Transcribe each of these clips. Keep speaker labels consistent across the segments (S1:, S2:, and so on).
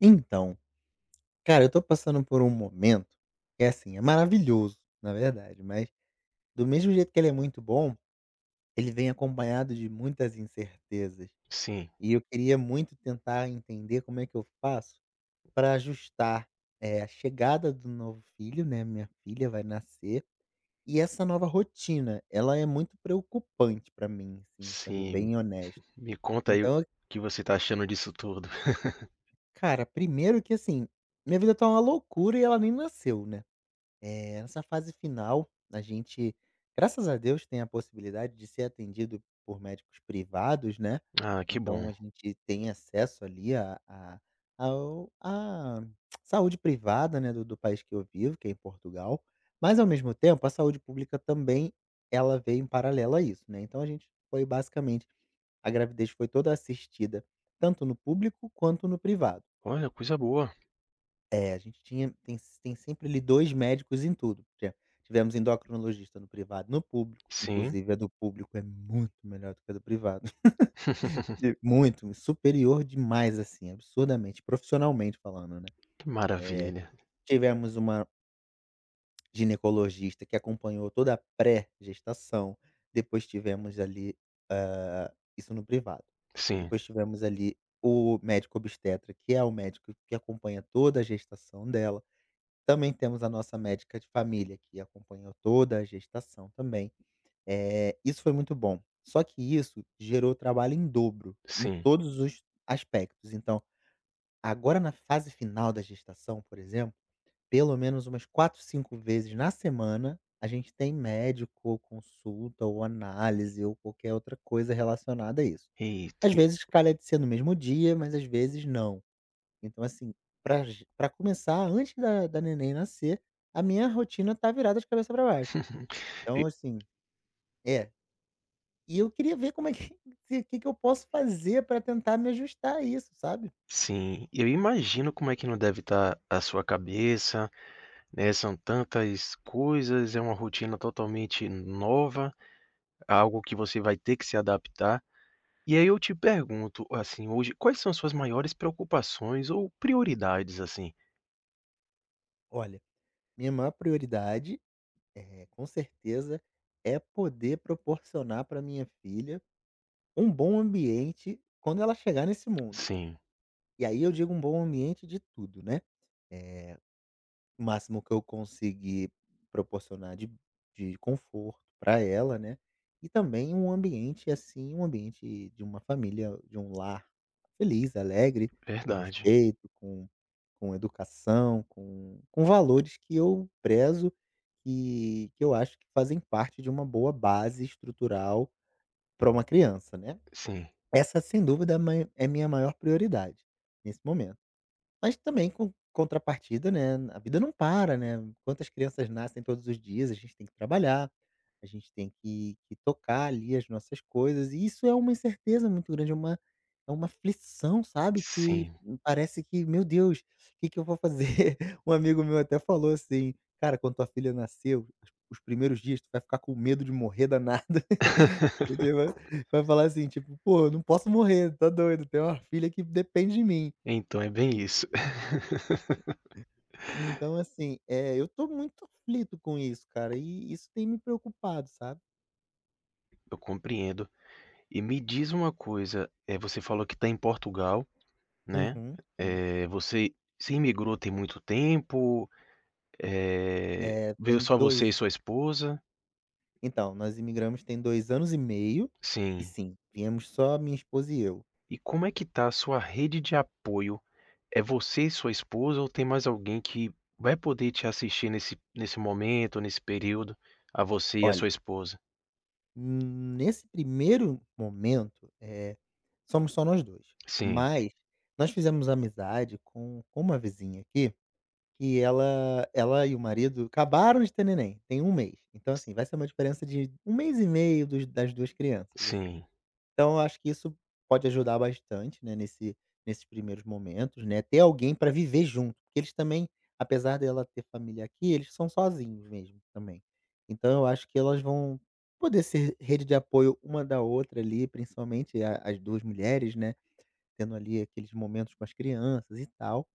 S1: Então, cara, eu tô passando por um momento que é assim, é maravilhoso, na verdade, mas do mesmo jeito que ele é muito bom, ele vem acompanhado de muitas incertezas.
S2: Sim,
S1: E eu queria muito tentar entender como é que eu faço para ajustar, a chegada do novo filho, né, minha filha vai nascer, e essa nova rotina, ela é muito preocupante pra mim, assim, sendo
S2: sim.
S1: bem honesto.
S2: Me conta aí o
S1: Então,
S2: que você tá achando disso tudo.
S1: cara, primeiro que assim, minha vida tá uma loucura e ela nem nasceu, né? Nessa fase final, a gente, graças a Deus, tem a possibilidade de ser atendido por médicos privados, né.
S2: Ah, que
S1: Então
S2: bom.
S1: a gente tem acesso ali a ao à saúde privada, né, do país que eu vivo, que é em Portugal, mas ao mesmo tempo a saúde pública também, ela veio em paralelo a isso, né. Então a gente foi basicamente a gravidez foi toda assistida tanto no público quanto no privado.
S2: Olha, coisa boa.
S1: É, a gente tinha tem tem sempre ali 2 médicos em tudo, porque tivemos endocrinologista no privado no público,
S2: Sim.
S1: inclusive a do público é muito melhor do que a do privado. De muito, superior demais, assim, absurdamente, profissionalmente falando, né.
S2: Que maravilha.
S1: Tivemos uma ginecologista que acompanhou toda a pré-gestação, depois tivemos ali, hã, isso no privado.
S2: Sim,
S1: Depois tivemos ali o médico obstetra, que é o médico que acompanha toda a gestação dela. Também temos a nossa médica de família, que acompanhou toda a gestação também. Isso foi muito bom. Só que isso gerou trabalho em dobro, em
S2: sim.
S1: todos os aspectos. Então, agora na fase final da gestação, por exemplo, pelo menos umas 4, 5 vezes na semana, a gente tem médico, ou consulta, ou análise, ou qualquer outra coisa relacionada a isso.
S2: Eita.
S1: Às vezes calha de ser no mesmo dia, mas às vezes não. Então, assim, pra começar, antes da neném nascer, a minha rotina tá virada de cabeça pra baixo. Então,
S2: E
S1: assim é. E eu queria ver como é que se que que eu posso fazer pra tentar me ajustar a isso, sabe.
S2: sim, eu imagino como é que não deve estar a sua cabeça, né, são tantas coisas, é uma rotina totalmente nova, algo que você vai ter que se adaptar. E aí eu te pergunto, assim, hoje, quais são as suas maiores preocupações ou prioridades, assim?
S1: Olha, minha maior prioridade, é com certeza, é poder proporcionar pra minha filha um bom ambiente quando ela chegar nesse mundo.
S2: Sim.
S1: E aí eu digo um bom ambiente de tudo, né. É, o máximo que eu consegui proporcionar de conforto para ela, né, e também um ambiente, assim, um ambiente de uma família, de um lar feliz, alegre, com
S2: Verdade.
S1: respeito, com educação, com valores que eu prezo e que eu acho que fazem parte de uma boa base estrutural para uma criança, né.
S2: Sim,
S1: Essa, sem dúvida, é a mai é minha maior prioridade nesse momento. Mas também com contrapartida, né, a vida não para, né, quantas crianças nascem todos os dias, a gente tem que trabalhar, a gente tem que tocar ali as nossas coisas, e isso é uma incerteza muito grande, é uma aflição, sabe, que
S2: sim.
S1: parece que: "Meu Deus, o que que eu vou fazer?" Um amigo meu até falou assim: "Cara, quando tua filha nasceu, os primeiros dias tu vai ficar com medo de morrer danado". E, tipo, vai falar assim, tipo: "Pô, eu não posso morrer, tá doido, tenho uma filha que depende de mim".
S2: Então é bem isso.
S1: Então, assim, é eu tô muito aflito com isso, cara, e isso tem me preocupado, sabe.
S2: Eu compreendo. E me diz uma coisa, é você falou que está em Portugal, né,
S1: Uhum, sim.
S2: você se imigrou tem muito tempo? Eh,
S1: Eh,
S2: Veio
S1: tem
S2: só você e
S1: 2
S2: sua esposa?
S1: então, nós imigramos tem 2 anos e meio, e
S2: Sim.
S1: sim, viemos só minha esposa e eu.
S2: E como é que tá a sua rede de apoio? É você e sua esposa ou tem mais alguém que vai poder te assistir nesse momento, nesse período, a você e a
S1: Olha,
S2: sua esposa?
S1: nesse primeiro momento, somos só nós dois,
S2: Sim,
S1: mas nós fizemos amizade com uma vizinha aqui, que ela e o marido acabaram de ter neném, tem um mês. Então, assim, vai ser uma diferença de um mês e meio dos das 2 crianças, assim.
S2: sim.
S1: Então eu acho que isso pode ajudar bastante, né, nesses primeiros momentos, né, ter alguém para viver junto, porque eles também, apesar dela ter família aqui, eles são sozinhos mesmo também. Então eu acho que elas vão poder ser rede de apoio uma da outra ali, principalmente a as 2 mulheres, né, tendo ali aqueles momentos com as crianças e tal.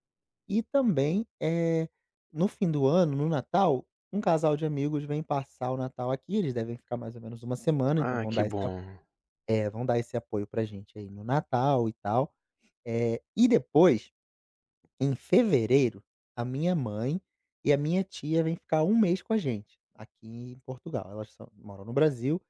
S1: E também, é no fim do ano, no Natal, um casal de amigos vem passar o Natal aqui, eles devem ficar mais ou menos uma semana, então
S2: Ah,
S1: vão
S2: que
S1: dar esse
S2: bom.
S1: é, vão dar esse apoio pra gente aí no Natal e tal. E depois, em fevereiro, a minha mãe e a minha tia vêm ficar um mês com a gente, aqui em Portugal. Elas são moram no Brasil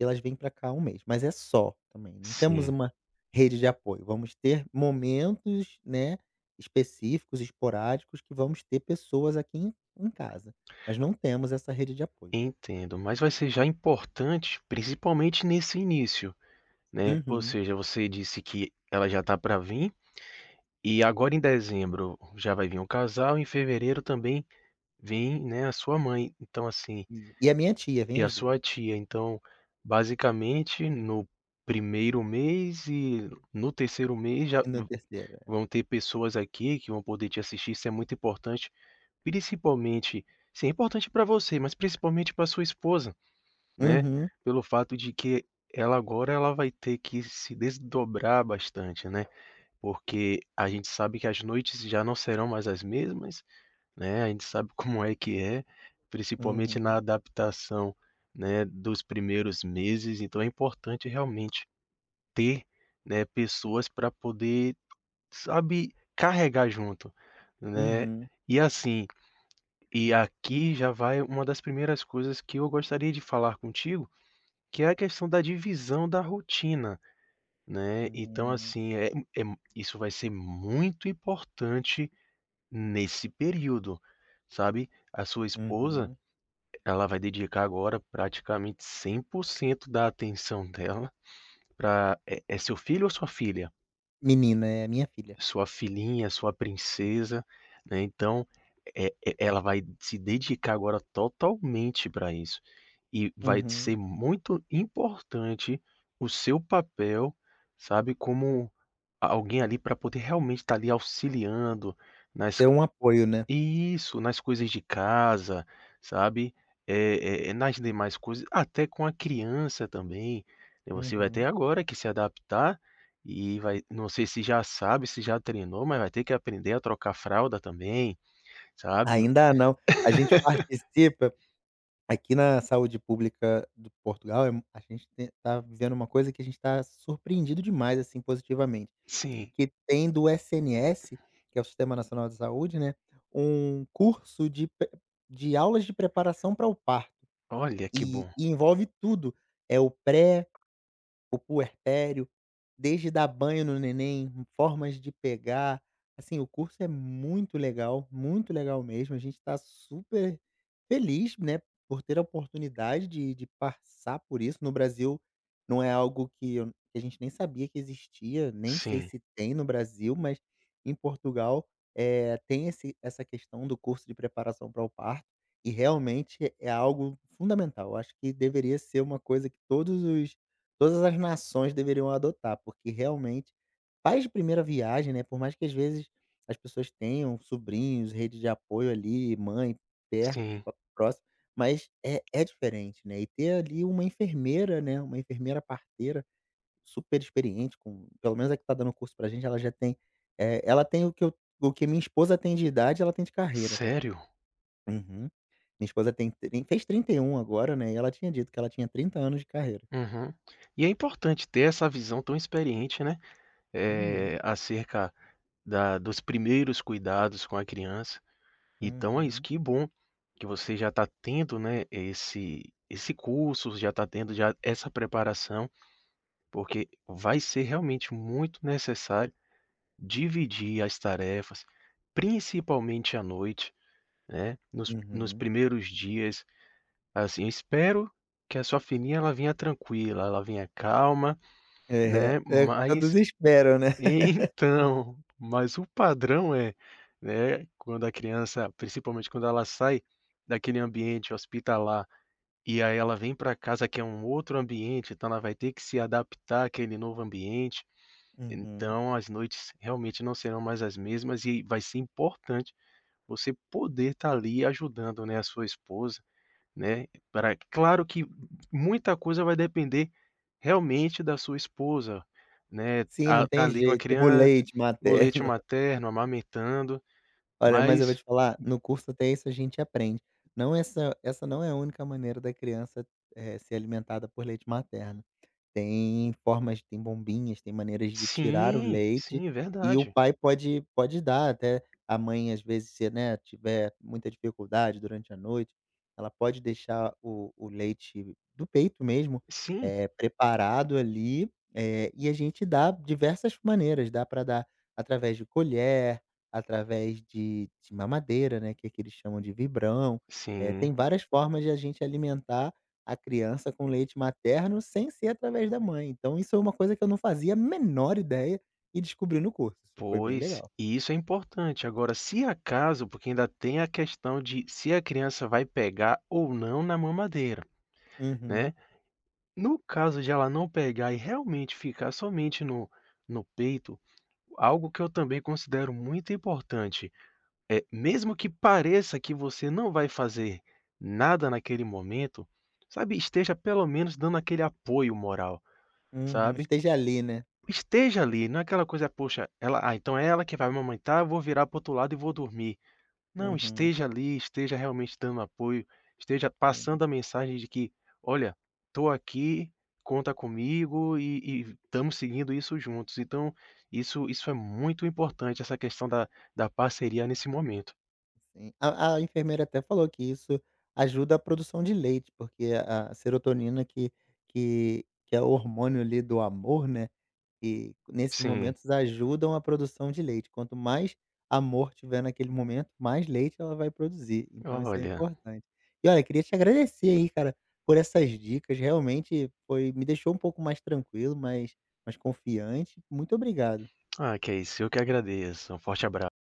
S1: e elas vêm pra cá um mês, mas é só também, não temos
S2: Sim,
S1: uma rede de apoio. Vamos ter momentos, né, específicos, esporádicos, que vamos ter pessoas aqui em casa, mas não temos essa rede de apoio.
S2: entendo. Mas vai ser já importante, principalmente nesse início, né. Ou
S1: Uhum.
S2: seja, você disse que ela já tá para vir, e agora em dezembro já vai vir um casal, em fevereiro também vem, né, a sua mãe, então assim,
S1: E a minha tia,
S2: e
S1: vem
S2: a
S1: as duas.
S2: sua tia. Então, basicamente, no primeiro mês e no terceiro mês já
S1: E no terceiro, é.
S2: vão ter pessoas aqui que vão poder te assistir, isso é muito importante. Principalmente sim, é importante para você, mas principalmente para sua esposa, né,
S1: Uhum.
S2: pelo fato de que ela agora ela vai ter que se desdobrar bastante, né, porque a gente sabe que as noites já não serão mais as mesmas, né, a gente sabe como é que é, principalmente na
S1: Uhum,
S2: adaptação, né, dos primeiros meses, então é importante realmente ter, né, pessoas para poder, sabe, carregar junto, né.
S1: uhum,
S2: E assim, e aqui já vai uma das primeiras coisas que eu gostaria de falar contigo, que é a questão da divisão da rotina, né. Então,
S1: hum,
S2: assim, é isso vai ser muito importante nesse período, sabe. A sua esposa,
S1: uhum.
S2: ela vai dedicar agora praticamente 100% da atenção dela para seu filho ou sua filha?
S1: Menina, é a minha filha.
S2: Sua filhinha, sua princesa, né, então, é ela vai se dedicar agora totalmente para isso. E vai
S1: Uhum.
S2: ser muito importante o seu papel, sabe, como alguém ali para poder realmente estar ali auxiliando nas
S1: Ser um apoio, né.
S2: isso, nas coisas de casa, sabe, é nas demais coisas, até com a criança também, né, você vai ter
S1: Uhum.
S2: agora que se adaptar e vai, não sei se já sabe, se já treinou, mas vai ter que aprender a trocar fralda também, sabe.
S1: Ainda não. A gente participa aqui na saúde pública do Portugal, a gente te tá vivendo uma coisa que a gente está surpreendido demais, assim, positivamente,
S2: Sim,
S1: que tem do SNS, que é o Sistema Nacional de Saúde, né, um curso de pre de aulas de preparação para o parto,
S2: olha que bom.
S1: e envolve tudo. É o pré o puerpério, desde dar banho no neném, formas de pegar. Assim, o curso é muito legal mesmo. A gente está super feliz, né, por ter a oportunidade de passar por isso. No Brasil, não é algo que, que a gente nem sabia que existia, nem sei
S2: Sim,
S1: se tem no Brasil, mas em Portugal tem essa questão do curso de preparação para o parto, e realmente é algo fundamental. Acho que deveria ser uma coisa que todos os Todas as nações deveriam adotar, porque realmente pais de primeira viagem, né, por mais que às vezes as pessoas tenham sobrinhos, rede de apoio ali, mãe perto,
S2: sim.
S1: próximo, mas é diferente, né. E ter ali uma enfermeira, né, uma enfermeira parteira super experiente com pelo menos a que está dando o curso pra gente, ela já tem, ela tem o que minha esposa tem de idade, ela tem de carreira.
S2: Sério?
S1: Uhum. Minha esposa tem trin fez 31 agora, né, e ela tinha dito que ela tinha 30 anos de carreira.
S2: Uhum. E é importante ter essa visão tão experiente, né,
S1: Uhum,
S2: acerca da dos primeiros cuidados com a criança. Então é isso,
S1: uhum.
S2: que bom que você já está tendo, né, esse curso, já está tendo já essa preparação, porque vai ser realmente muito necessário dividir as tarefas, principalmente à noite, né, nos
S1: Uhum.
S2: primeiros dias. Assim, eu espero que a sua filhinha ela venha tranquila, ela venha calma.
S1: É,
S2: Né,
S1: é o que
S2: mas
S1: todos esperam, né.
S2: então, mas o padrão é, né, quando a criança, principalmente quando ela sai daquele ambiente hospitalar, e aí ela vem para casa que é um outro ambiente, então ela vai ter que se adaptar àquele novo ambiente,
S1: Uhum.
S2: então as noites realmente não serão mais as mesmas e vai ser importante você poder estar ali ajudando, né, a sua esposa, né, pra, claro que muita coisa vai depender realmente da sua esposa, né,
S1: Sim, não
S2: tá
S1: tem
S2: ali com a
S1: jeito, tipo
S2: criança,
S1: leite
S2: o leite
S1: materno.
S2: materno, amamentando,
S1: Olha, mas eu vou
S2: mas
S1: te falar, no curso até isso a gente aprende. Não essa não é a única maneira da criança, ser alimentada por leite materno. Tem formas tem bombinhas, tem maneiras de tirar o
S2: sim,
S1: leite
S2: sim, é
S1: e o
S2: verdade.
S1: pai pode dar até a mãe, às vezes, se, né, tiver muita dificuldade durante a noite, ela pode deixar o leite do peito mesmo,
S2: Sim,
S1: preparado ali, e a gente dá diversas maneiras, dá para dar através de colher, através de mamadeira, né, que aqui eles chamam de vibrão,
S2: sim,
S1: tem várias formas de a gente alimentar a criança com leite materno sem ser através da mãe. Então isso é uma coisa que eu não fazia a menor ideia e descobri no curso. Isso foi bem
S2: pois,
S1: legal.
S2: isso é importante. Agora, se acaso porque ainda tem a questão de se a criança vai pegar ou não na mamadeira,
S1: Uhum,
S2: né. No caso de ela não pegar e realmente ficar somente no no peito. Algo que eu também considero muito importante é, mesmo que pareça que você não vai fazer nada naquele momento, sabe, esteja pelo menos dando aquele apoio moral,
S1: uhum.
S2: sabe.
S1: Esteja ali, né.
S2: Esteja ali, não é aquela coisa: "Poxa, ela ah, então é ela que vai me amamentar, eu vou virar pro outro lado e vou dormir". Não,
S1: Uhum,
S2: esteja ali, esteja realmente dando apoio, esteja
S1: sim,
S2: passando a mensagem de que: "Olha, estou aqui, conta comigo e estamos seguindo isso juntos". Então, isso é muito importante, essa questão da da parceria nesse momento.
S1: sim. A enfermeira até falou que isso ajuda a produção de leite, porque a serotonina que é o hormônio ali do amor, né. E nesses
S2: Sim.
S1: momentos ajudam a produção de leite. Quanto mais amor tiver naquele momento, mais leite ela vai produzir. Então isso é
S2: Olha,
S1: importante. E olha, queria te agradecer aí, cara, por essas dicas. Realmente foi me deixou um pouco mais tranquilo, mais confiante. Muito obrigado.
S2: ah, que é isso, eu que agradeço. Um forte abraço.